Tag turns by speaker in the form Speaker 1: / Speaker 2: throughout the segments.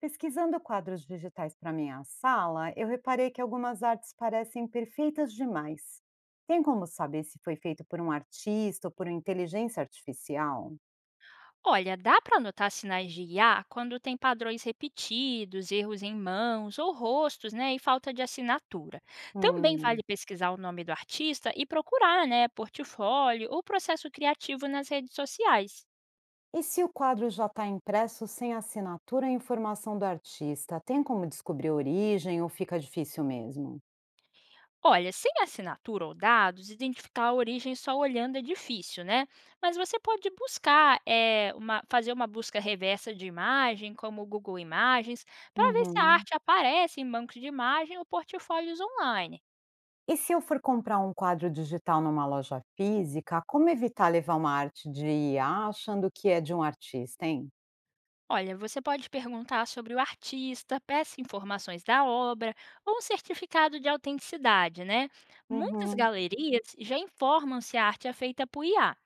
Speaker 1: Pesquisando quadros digitais para minha sala, eu reparei que algumas artes parecem perfeitas demais. Tem como saber se foi feito por um artista ou por uma inteligência artificial?
Speaker 2: Olha, dá para notar sinais de IA quando tem padrões repetidos, erros em mãos ou rostos, né, e falta de assinatura. Também
Speaker 1: Hum.
Speaker 2: vale pesquisar o nome do artista e procurar, né, portfólio ou processo criativo nas redes sociais.
Speaker 1: E se o quadro já está impresso sem assinatura e informação do artista, tem como descobrir a origem ou fica difícil mesmo?
Speaker 2: Olha, sem assinatura ou dados, identificar a origem só olhando é difícil, né? Mas você pode buscar, fazer uma busca reversa de imagem, como o Google Imagens, para ver se a
Speaker 1: Uhum.
Speaker 2: arte aparece em bancos de imagem ou portfólios online.
Speaker 1: E se eu for comprar um quadro digital numa loja física, como evitar levar uma arte de IA achando que é de um artista, hein?
Speaker 2: Olha, você pode perguntar sobre o artista, peça informações da obra ou um certificado de autenticidade, né? Muitas
Speaker 1: Uhum.
Speaker 2: galerias já informam se a arte é feita por IA.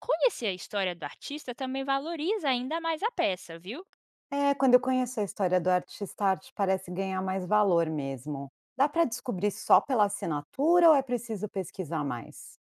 Speaker 2: Conhecer a história do artista também valoriza ainda mais a peça, viu?
Speaker 1: É, quando eu conheço a história do artista, a arte parece ganhar mais valor mesmo. Dá para descobrir só pela assinatura ou é preciso pesquisar mais?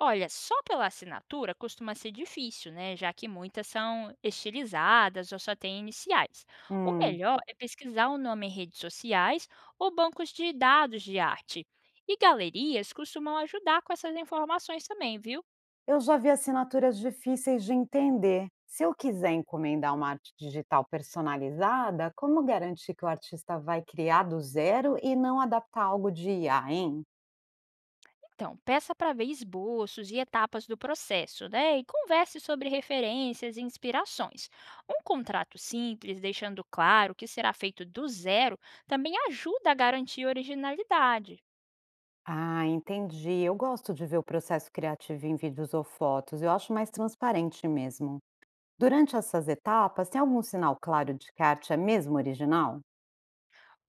Speaker 2: Olha, só pela assinatura costuma ser difícil, né? Já que muitas são estilizadas ou só têm iniciais. O
Speaker 1: Hum,
Speaker 2: melhor é pesquisar o nome em redes sociais ou bancos de dados de arte. E galerias costumam ajudar com essas informações também, viu?
Speaker 1: eu já vi assinaturas difíceis de entender. Se eu quiser encomendar uma arte digital personalizada, como garantir que o artista vai criar do zero e não adaptar algo de IA, hein?
Speaker 2: Então, peça para ver esboços e etapas do processo, né? E converse sobre referências e inspirações. Um contrato simples, deixando claro que será feito do zero, também ajuda a garantir a originalidade.
Speaker 1: Ah, entendi. Eu gosto de ver o processo criativo em vídeos ou fotos. Eu acho mais transparente mesmo. Durante essas etapas, tem algum sinal claro de que a arte é mesmo original?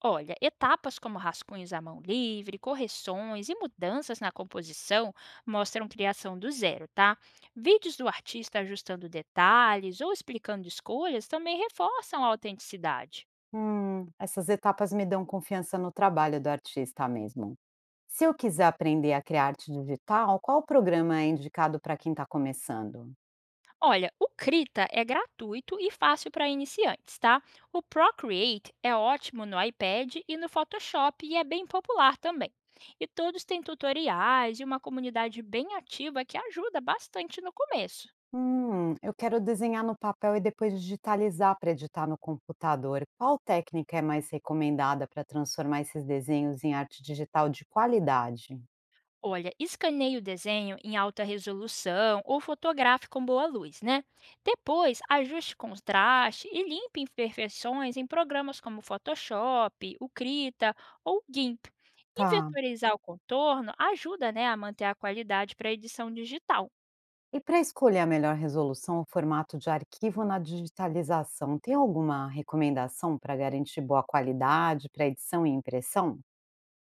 Speaker 2: Olha, etapas como rascunhos à mão livre, correções e mudanças na composição mostram criação do zero, tá? Vídeos do artista ajustando detalhes ou explicando escolhas também reforçam a autenticidade.
Speaker 1: Essas etapas me dão confiança no trabalho do artista mesmo. Se eu quiser aprender a criar arte digital, qual programa é indicado para quem está começando?
Speaker 2: Olha, o Krita é gratuito e fácil para iniciantes, tá? O Procreate é ótimo no iPad e no Photoshop e é bem popular também. E todos têm tutoriais e uma comunidade bem ativa que ajuda bastante no começo.
Speaker 1: Eu quero desenhar no papel e depois digitalizar para editar no computador. Qual técnica é mais recomendada para transformar esses desenhos em arte digital de qualidade?
Speaker 2: Olha, escaneie o desenho em alta resolução ou fotografe com boa luz, né? Depois, ajuste contraste e limpe imperfeições em programas como Photoshop, o Krita ou o GIMP. E
Speaker 1: Tá.
Speaker 2: vetorizar o contorno ajuda né, a manter a qualidade para a edição digital.
Speaker 1: E para escolher a melhor resolução ou formato de arquivo na digitalização, tem alguma recomendação para garantir boa qualidade para edição e impressão?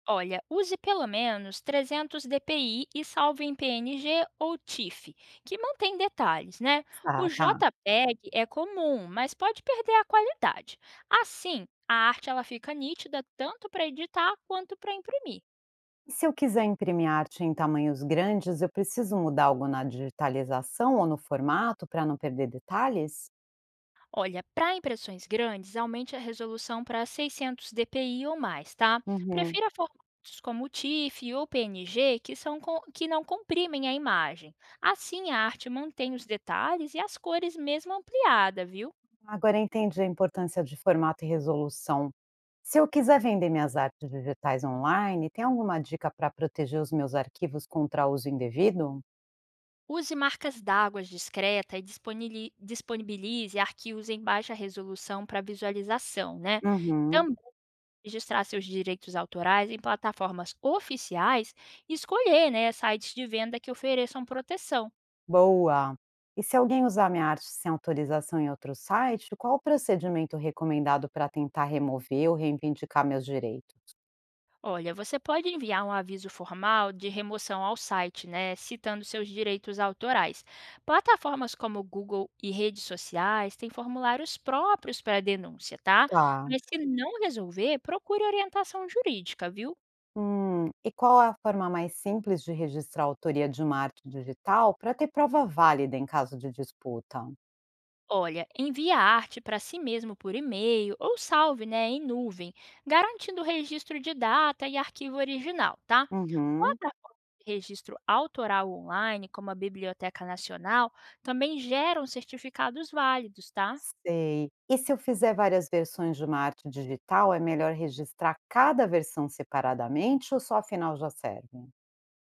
Speaker 2: Olha, use pelo menos 300 dpi e salve em PNG ou TIFF, que mantém detalhes, né? O
Speaker 1: Ah, tá.
Speaker 2: JPEG é comum, mas pode perder a qualidade. Assim, a arte ela fica nítida tanto para editar quanto para imprimir.
Speaker 1: E se eu quiser imprimir arte em tamanhos grandes, eu preciso mudar algo na digitalização ou no formato para não perder detalhes?
Speaker 2: Olha, para impressões grandes, aumente a resolução para 600 dpi ou mais, tá?
Speaker 1: Uhum.
Speaker 2: Prefira formatos como o TIFF ou PNG, que não comprimem a imagem. Assim, a arte mantém os detalhes e as cores mesmo ampliada, viu?
Speaker 1: Agora entendi a importância de formato e resolução. Se eu quiser vender minhas artes digitais online, tem alguma dica para proteger os meus arquivos contra uso indevido?
Speaker 2: Use marcas d'água discreta e disponibilize arquivos em baixa resolução para visualização, né?
Speaker 1: Uhum.
Speaker 2: Também registrar seus direitos autorais em plataformas oficiais e escolher né, sites de venda que ofereçam proteção.
Speaker 1: Boa! E se alguém usar minha arte sem autorização em outro site, qual o procedimento recomendado para tentar remover ou reivindicar meus direitos?
Speaker 2: Olha, você pode enviar um aviso formal de remoção ao site, né, citando seus direitos autorais. Plataformas como Google e redes sociais têm formulários próprios para denúncia, tá?
Speaker 1: Tá.
Speaker 2: Mas se não resolver, procure orientação jurídica, viu?
Speaker 1: E qual é a forma mais simples de registrar a autoria de uma arte digital para ter prova válida em caso de disputa?
Speaker 2: Olha, envie a arte para si mesmo por e-mail ou salve, né, em nuvem, garantindo o registro de data e arquivo original, tá?
Speaker 1: Uhum,
Speaker 2: Plataformas de registro autoral online, como a Biblioteca Nacional, também geram certificados válidos, tá?
Speaker 1: sei. E se eu fizer várias versões de uma arte digital, é melhor registrar cada versão separadamente ou só afinal já serve?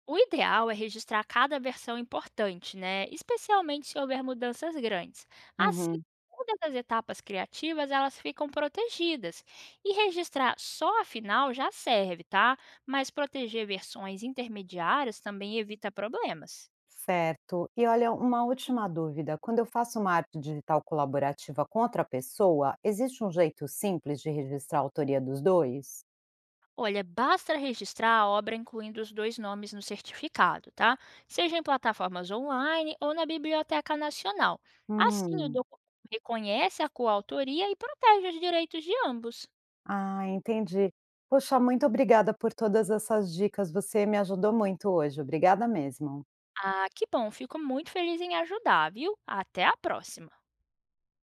Speaker 2: O ideal é registrar cada versão importante, né? Especialmente se houver mudanças grandes. Assim,
Speaker 1: Uhum.
Speaker 2: todas as etapas criativas elas ficam protegidas. E registrar só a final já serve, tá? Mas proteger versões intermediárias também evita problemas.
Speaker 1: Certo. E olha, uma última dúvida. Quando eu faço uma arte digital colaborativa com outra pessoa, existe um jeito simples de registrar a autoria dos dois?
Speaker 2: Olha, basta registrar a obra incluindo os dois nomes no certificado, tá? Seja em plataformas online ou na Biblioteca Nacional. Assim, o
Speaker 1: Hum,
Speaker 2: documento reconhece a coautoria e protege os direitos de ambos.
Speaker 1: ah, entendi. Poxa, muito obrigada por todas essas dicas. Você me ajudou muito hoje. Obrigada mesmo.
Speaker 2: Ah, que bom, fico muito feliz em ajudar, viu? Até a próxima!